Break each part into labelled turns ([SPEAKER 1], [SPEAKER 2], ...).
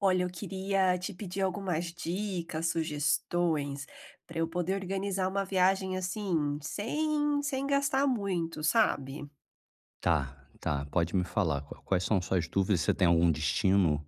[SPEAKER 1] Olha, eu queria te pedir algumas dicas, sugestões, para eu poder organizar uma viagem assim, sem gastar muito, sabe?
[SPEAKER 2] Tá, tá. Pode me falar. Quais são suas dúvidas? Você tem algum destino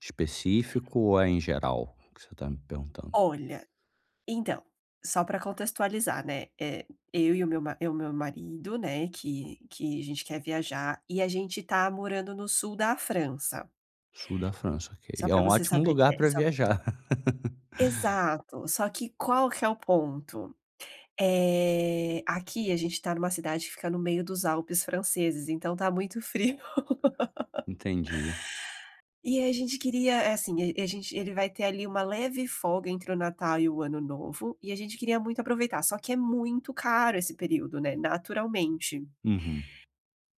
[SPEAKER 2] específico ou é em geral que você está me perguntando?
[SPEAKER 1] Olha, então, só para contextualizar, né? Eu e o meu, eu, meu marido, né, que a gente quer viajar, e a gente tá morando no sul da França.
[SPEAKER 2] Sul da França, ok.
[SPEAKER 1] Só
[SPEAKER 2] É
[SPEAKER 1] para
[SPEAKER 2] um
[SPEAKER 1] você
[SPEAKER 2] ótimo
[SPEAKER 1] saber.
[SPEAKER 2] lugar para viajar.
[SPEAKER 1] Exato. Só que qual que é o ponto? É, aqui a gente tá numa cidade que fica no meio dos Alpes franceses, então tá muito frio.
[SPEAKER 2] Entendi.
[SPEAKER 1] E a gente queria, assim, e a gente ele vai ter ali uma leve folga entre o Natal e o Ano Novo, e a gente queria muito aproveitar, só que é muito caro esse período, né, naturalmente.
[SPEAKER 2] Uhum.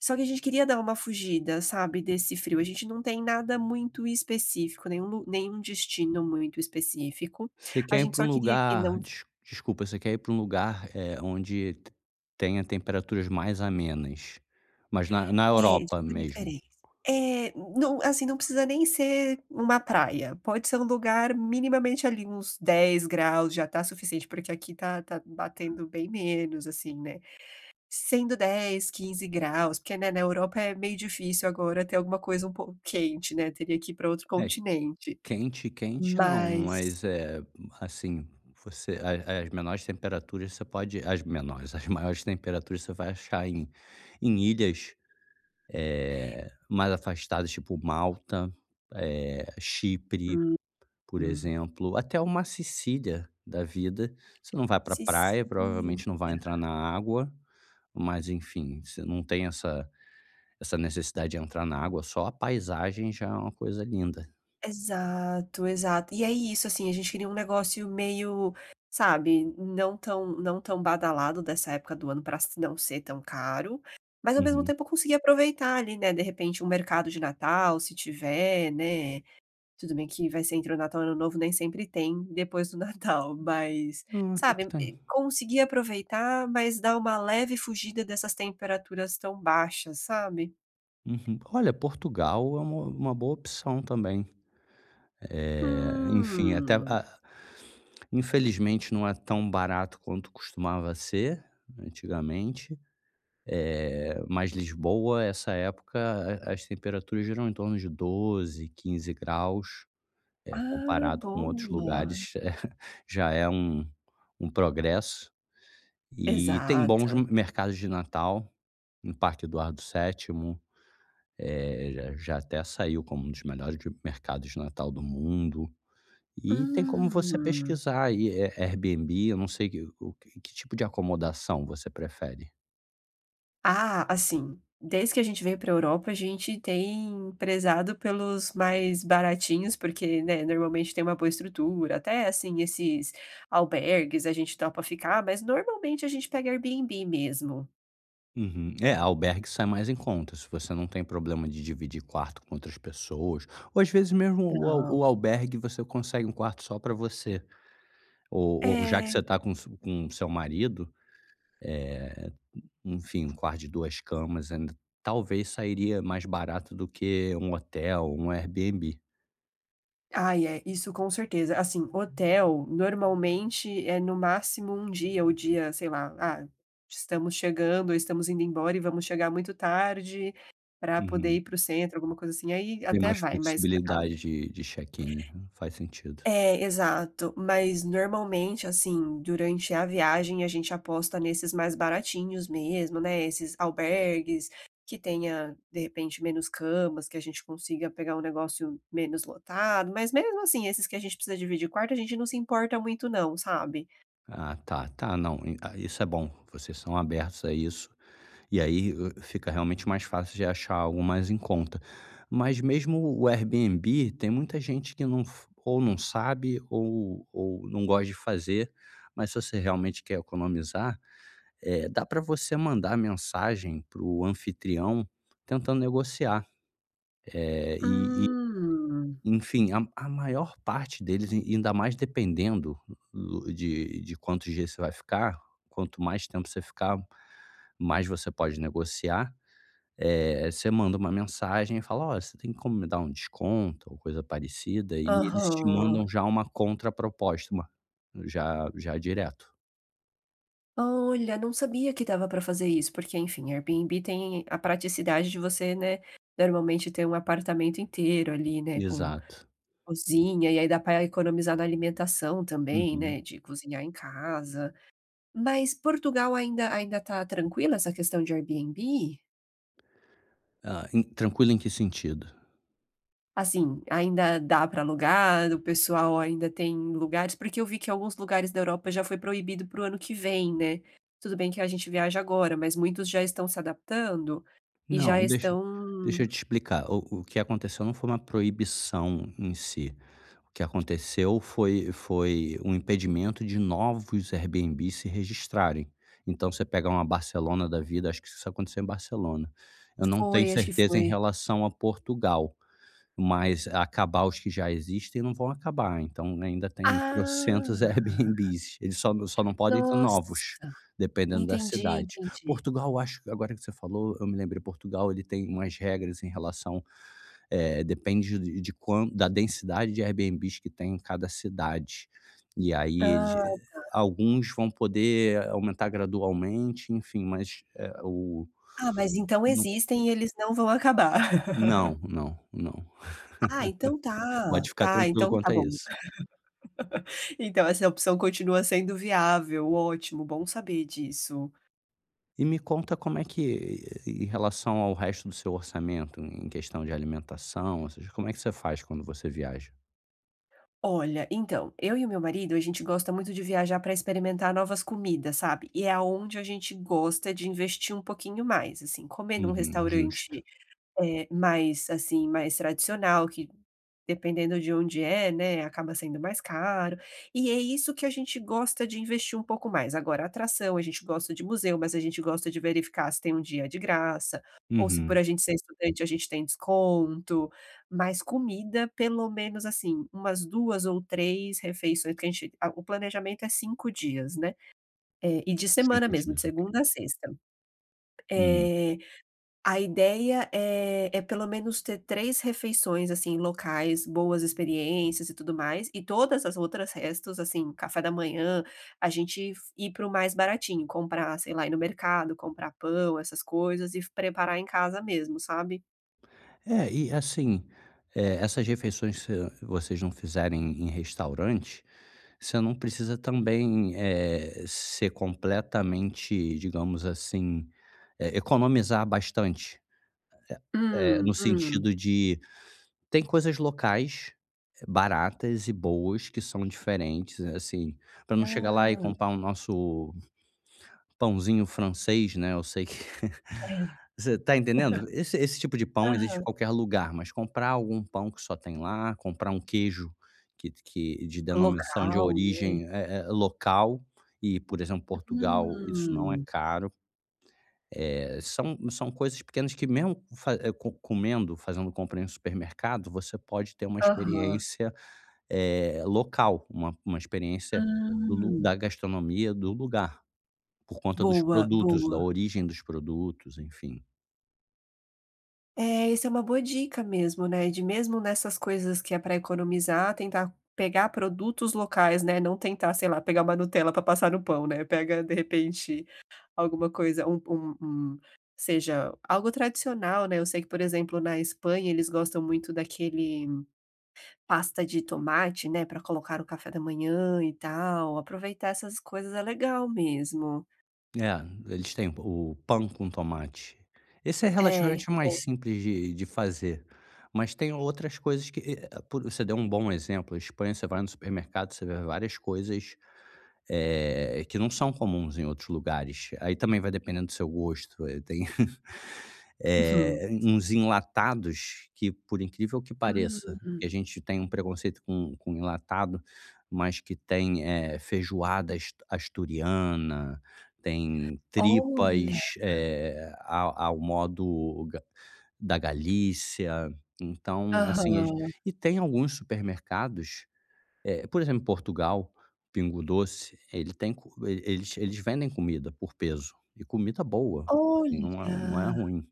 [SPEAKER 1] Só que a gente queria dar uma fugida, sabe, desse frio. A gente não tem nada muito específico, nenhum destino muito específico.
[SPEAKER 2] Você
[SPEAKER 1] A
[SPEAKER 2] quer ir
[SPEAKER 1] gente
[SPEAKER 2] para
[SPEAKER 1] só
[SPEAKER 2] um
[SPEAKER 1] queria que
[SPEAKER 2] lugar
[SPEAKER 1] não.
[SPEAKER 2] desculpa, você quer ir para um lugar, onde te tenha temperaturas mais amenas, mas na
[SPEAKER 1] É,
[SPEAKER 2] Europa
[SPEAKER 1] de
[SPEAKER 2] mesmo?
[SPEAKER 1] preferência. É, não assim, não precisa nem ser uma praia, pode ser um lugar minimamente ali uns 10 graus já tá suficiente, porque aqui tá batendo bem menos, assim, né. Sendo 10, 15 graus, porque, né, na Europa é meio difícil agora ter alguma coisa um pouco quente, né, teria que ir pra outro
[SPEAKER 2] É.
[SPEAKER 1] continente.
[SPEAKER 2] Quente, quente não,
[SPEAKER 1] Mas
[SPEAKER 2] mas, assim, você a as menores temperaturas você pode as menores, as maiores temperaturas você vai achar em em ilhas mais afastadas, tipo Malta, Chipre, por
[SPEAKER 1] uhum.
[SPEAKER 2] exemplo, até uma Sicília da vida. Você não vai para praia,
[SPEAKER 1] Sicília.
[SPEAKER 2] provavelmente não vai entrar na água, mas enfim, você não tem essa necessidade de entrar na água, só a paisagem já é uma coisa linda.
[SPEAKER 1] Exato, exato. E é isso, assim, a gente queria um negócio meio, sabe, não tão badalado dessa época do ano para não ser tão caro, mas ao mesmo
[SPEAKER 2] Uhum.
[SPEAKER 1] tempo conseguir aproveitar ali, né, de repente um mercado de Natal, se tiver, né, tudo bem que vai ser entre o Natal e o Ano Novo, nem sempre tem depois do Natal, mas,
[SPEAKER 2] Ah, o que que
[SPEAKER 1] sabe, e
[SPEAKER 2] tem.
[SPEAKER 1] conseguir aproveitar, mas dar uma leve fugida dessas temperaturas tão baixas, sabe?
[SPEAKER 2] Uhum. Olha, Portugal é uma boa opção também. Enfim, até
[SPEAKER 1] Hum.
[SPEAKER 2] a infelizmente não é tão barato quanto costumava ser antigamente, mas Lisboa, essa época, a as temperaturas giram em torno de 12, 15 graus,
[SPEAKER 1] Ah,
[SPEAKER 2] comparado com outros
[SPEAKER 1] boa.
[SPEAKER 2] lugares, é, já é um um progresso. E tem bons
[SPEAKER 1] Exato.
[SPEAKER 2] mercados de Natal, no Parque Eduardo VII, já até saiu como um dos melhores de mercados de Natal do mundo. E tem como você
[SPEAKER 1] Hum.
[SPEAKER 2] pesquisar aí, Airbnb, eu não sei que o que que tipo de acomodação você prefere?
[SPEAKER 1] Ah, assim, desde que a gente veio pra Europa, a gente tem prezado pelos mais baratinhos, porque, né, normalmente tem uma boa estrutura, até, assim, esses albergues a gente topa ficar, mas normalmente a gente pega Airbnb mesmo.
[SPEAKER 2] Uhum. É, albergue sai mais em conta, se você não tem problema de dividir quarto com outras pessoas, ou às vezes mesmo
[SPEAKER 1] Então
[SPEAKER 2] o albergue você consegue um quarto só para você, ou já que
[SPEAKER 1] é.
[SPEAKER 2] você está com seu marido, eh Enfim, um quarto de 2 camas ainda talvez sairia mais barato do que um hotel, um Airbnb.
[SPEAKER 1] Ai, é, isso com certeza. Assim, hotel, normalmente, é no máximo um dia, o dia, sei lá, ah, estamos chegando, ou estamos indo embora e vamos chegar muito tarde para poder
[SPEAKER 2] Uhum.
[SPEAKER 1] ir para o centro, alguma coisa assim, aí
[SPEAKER 2] Tem
[SPEAKER 1] até
[SPEAKER 2] mais
[SPEAKER 1] vai, mas
[SPEAKER 2] flexibilidade de check-in, né, faz sentido.
[SPEAKER 1] é, exato. Mas normalmente, assim, durante a viagem a gente aposta nesses mais baratinhos mesmo, né, esses albergues que tenha, de repente, menos camas, que a gente consiga pegar um negócio menos lotado, mas mesmo assim, esses que a gente precisa dividir quarto, a gente não se importa muito não, sabe.
[SPEAKER 2] Ah, tá, tá, não, e ah, isso é bom, vocês são abertos a isso, e aí, fica realmente mais fácil de achar algo mais em conta. Mas mesmo o Airbnb, tem muita gente que não f ou não sabe ou não gosta de fazer, mas se você realmente quer economizar. Dá para você mandar mensagem para o anfitrião tentando negociar, e
[SPEAKER 1] Hum.
[SPEAKER 2] enfim, a maior parte deles, e ainda mais dependendo do de quantos dias você vai ficar, quanto mais tempo você ficar, mais você pode negociar. Você manda uma mensagem e fala: "Ó, você tem como me dar um desconto ou coisa parecida?" E eles te
[SPEAKER 1] Aham.
[SPEAKER 2] mandam já uma contraproposta, uma já direto.
[SPEAKER 1] Olha, não sabia que dava pra fazer isso, porque, enfim, Airbnb tem a praticidade de você, né, normalmente ter um apartamento inteiro ali, né, com
[SPEAKER 2] Exato.
[SPEAKER 1] cozinha, e aí dá para economizar na alimentação também,
[SPEAKER 2] Uhum.
[SPEAKER 1] né, de cozinhar em casa. Mas Portugal ainda tá tranquila essa questão de Airbnb?
[SPEAKER 2] Ah, em tranquilo em que sentido?
[SPEAKER 1] Assim, ainda dá para alugar, o pessoal ainda tem lugares porque eu vi que alguns lugares da Europa já foi proibido para o ano que vem, né. Tudo bem que a gente viaja agora, mas muitos já estão se adaptando, e já
[SPEAKER 2] Não,
[SPEAKER 1] estão
[SPEAKER 2] deixa eu te explicar. O que aconteceu não foi uma proibição em si. O que aconteceu foi foi um impedimento de novos Airbnb se registrarem. Então você pega uma Barcelona da vida, acho que isso aconteceu em Barcelona. Eu não tenho
[SPEAKER 1] foi, acho que
[SPEAKER 2] certeza em
[SPEAKER 1] foi.
[SPEAKER 2] relação a Portugal, mas acabar os que já existem não vão acabar, então né, ainda tem trocentos
[SPEAKER 1] Ah,
[SPEAKER 2] Airbnbs, eles só não podem ter novos,
[SPEAKER 1] nossa,
[SPEAKER 2] dependendo da
[SPEAKER 1] entendi,
[SPEAKER 2] cidade.
[SPEAKER 1] entendi.
[SPEAKER 2] Portugal, eu acho que agora que você falou, eu me lembrei, Portugal ele tem umas regras em relação, depende de quan da densidade de Airbnbs que tem em cada cidade. E aí eles,
[SPEAKER 1] Ah.
[SPEAKER 2] alguns vão poder aumentar gradualmente, enfim, mas, eh, o
[SPEAKER 1] Ah, mas então existem e eles não vão acabar.
[SPEAKER 2] não, não, não.
[SPEAKER 1] Ah, então tá,
[SPEAKER 2] Pode ficar
[SPEAKER 1] tá,
[SPEAKER 2] tranquilo
[SPEAKER 1] então tá
[SPEAKER 2] quanto a
[SPEAKER 1] bom.
[SPEAKER 2] isso.
[SPEAKER 1] Então essa opção continua sendo viável, ótimo, bom saber disso.
[SPEAKER 2] E me conta como é que, em relação ao resto do seu orçamento, em questão de alimentação, ou seja, como é que você faz quando você viaja?
[SPEAKER 1] Olha, então, eu e o meu marido, a gente gosta muito de viajar para experimentar novas comidas, sabe. E é aonde a gente gosta de investir um pouquinho mais, assim, comer num
[SPEAKER 2] Uhum, justo.
[SPEAKER 1] restaurante. É, mais, assim, mais tradicional, que dependendo de onde é, né, acaba sendo mais caro. E é isso que a gente gosta de investir um pouco mais. Agora, atração, a gente gosta de museu, mas a gente gosta de verificar se tem um dia de graça, ou se
[SPEAKER 2] Uhum.
[SPEAKER 1] por a gente ser estudante a gente tem desconto. Mas comida, pelo menos, assim, umas 2 ou 3 refeições, que a gente a o planejamento é 5 dias, né. E de semana
[SPEAKER 2] 5
[SPEAKER 1] mesmo, de
[SPEAKER 2] dias, ok.
[SPEAKER 1] segunda a sexta.
[SPEAKER 2] Uhum.
[SPEAKER 1] Eh a ideia é pelo menos ter 3 refeições, assim, locais, boas experiências e tudo mais, e todas as outras restos, assim, café da manhã, a gente f ir para o mais baratinho, comprar, sei lá, ir no mercado, comprar pão, essas coisas e f preparar em casa mesmo, sabe.
[SPEAKER 2] É, e assim, essas refeições que vocês não fizerem em restaurante, você não precisa também, ser completamente, digamos assim, economizar bastante,
[SPEAKER 1] Hum,
[SPEAKER 2] no
[SPEAKER 1] hum.
[SPEAKER 2] sentido de tem coisas locais, baratas e boas que são diferentes, né, assim, para não chegar lá e
[SPEAKER 1] Ah,
[SPEAKER 2] comprar o nosso pãozinho francês, né, eu sei que
[SPEAKER 1] é.
[SPEAKER 2] você tá entendendo? Esse tipo de pão existe em
[SPEAKER 1] Aham.
[SPEAKER 2] qualquer lugar, mas comprar algum pão que só tem lá, comprar um queijo que de denominação de
[SPEAKER 1] Local, né.
[SPEAKER 2] origem, local e, por exemplo, Portugal, isso não é
[SPEAKER 1] Hum.
[SPEAKER 2] caro. São são coisas pequenas que mesmo fa eh, co comendo, fazendo compra em supermercado, você pode ter uma
[SPEAKER 1] Aham.
[SPEAKER 2] experiência local, uma experiência do lu da
[SPEAKER 1] Hum.
[SPEAKER 2] gastronomia do lugar, por conta dos
[SPEAKER 1] Boa,
[SPEAKER 2] produtos, da
[SPEAKER 1] boa.
[SPEAKER 2] origem dos produtos, enfim.
[SPEAKER 1] É, isso é uma boa dica mesmo, né, de mesmo nessas coisas que é para economizar, tentar pegar produtos locais, né, não tentar, sei lá, pegar uma Nutella para passar no pão, né, pega de repente alguma coisa, seja algo tradicional, né, eu sei que, por exemplo, na Espanha eles gostam muito daquele pasta de tomate, né, para colocar no café da manhã e tal, aproveitar essas coisas é legal mesmo.
[SPEAKER 2] É, eles têm o pão com tomate. Esse é
[SPEAKER 1] É,
[SPEAKER 2] relativamente
[SPEAKER 1] é.
[SPEAKER 2] mais simples de fazer, mas tem outras coisas que e por você deu um bom exemplo, a Espanha, você vai no supermercado, você vê várias coisas que não são comuns em outros lugares. Aí também vai dependendo do seu gosto, tem,
[SPEAKER 1] Uhum.
[SPEAKER 2] uns enlatados que, por incrível que pareça,
[SPEAKER 1] Hum.
[SPEAKER 2] porque a gente tem um preconceito com enlatado, mas que tem, feijoada as asturiana, tem
[SPEAKER 1] Olha.
[SPEAKER 2] tripas, ao modo ga da Galícia, então, assim,
[SPEAKER 1] Aham.
[SPEAKER 2] e tem alguns supermercados é, por exemplo, em Portugal, Pingo Doce, ele tem co ele eles vendem comida por peso, e comida boa, assim, não é
[SPEAKER 1] Olha,
[SPEAKER 2] ruim.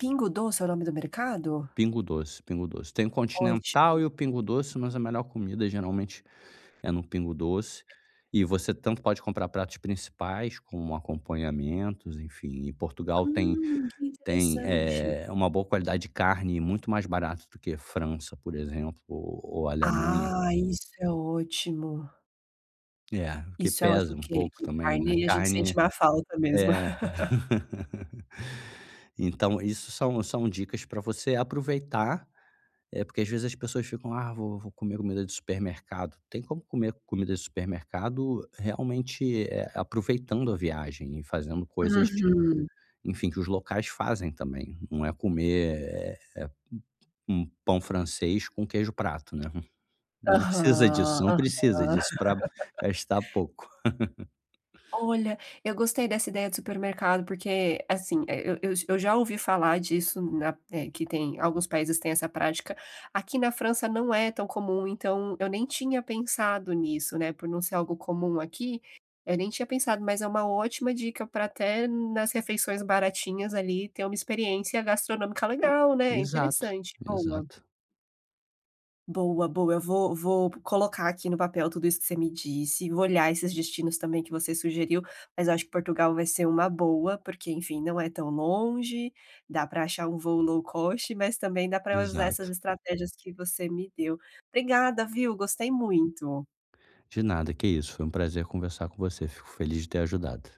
[SPEAKER 1] Pingo Doce é o nome do mercado?
[SPEAKER 2] Pingo Doce, Pingo Doce. Tem o Continental
[SPEAKER 1] Ótimo.
[SPEAKER 2] e o Pingo Doce, mas a melhor comida geralmente é no Pingo Doce, e você tanto pode comprar pratos principais como acompanhamentos, enfim. E Portugal
[SPEAKER 1] Que
[SPEAKER 2] tem,
[SPEAKER 1] interessante.
[SPEAKER 2] é uma boa qualidade de carne muito mais barato do que França, por exemplo, ou Alemanha.
[SPEAKER 1] Ah, isso é ótimo.
[SPEAKER 2] É, o que
[SPEAKER 1] Isso é
[SPEAKER 2] pesa
[SPEAKER 1] ótimo
[SPEAKER 2] um
[SPEAKER 1] que
[SPEAKER 2] pouco
[SPEAKER 1] que
[SPEAKER 2] também, né,
[SPEAKER 1] carne a gente sente
[SPEAKER 2] carne
[SPEAKER 1] uma falta mesmo.
[SPEAKER 2] é. Então, isso são são dicas para você aproveitar, é porque às vezes as pessoas ficam: "Ah, vou comer comida de supermercado". Tem como comer comida de supermercado realmente, aproveitando a viagem e fazendo coisas,
[SPEAKER 1] Uhum.
[SPEAKER 2] enfim, que os locais fazem também. Não é comer, um pão francês com queijo prato, né. Não precisa
[SPEAKER 1] Aham,
[SPEAKER 2] disso, não precisa
[SPEAKER 1] aham.
[SPEAKER 2] disso para gastar pouco.
[SPEAKER 1] Olha, eu gostei dessa ideia de supermercado, porque, assim, eu já ouvi falar disso que tem alguns países têm essa prática. Aqui na França não é tão comum, então eu nem tinha pensado nisso, né, por não ser algo comum aqui, eu nem tinha pensado, mas é uma ótima dica para até nas refeições baratinhas ali ter uma experiência gastronômica legal, né,
[SPEAKER 2] Exato,
[SPEAKER 1] interessante, boa.
[SPEAKER 2] exato,
[SPEAKER 1] Boa, boa. Eu vou colocar aqui no papel tudo isso que você me disse, vou olhar esses destinos também que você sugeriu, mas eu acho que Portugal vai ser uma boa, porque, enfim, não é tão longe, dá para achar um voo low cost, mas também dá para usar essas
[SPEAKER 2] exato.
[SPEAKER 1] estratégias que você me deu. Obrigada, viu, gostei muito.
[SPEAKER 2] De nada, que isso. Foi um prazer conversar com você. Fico feliz de ter ajudado.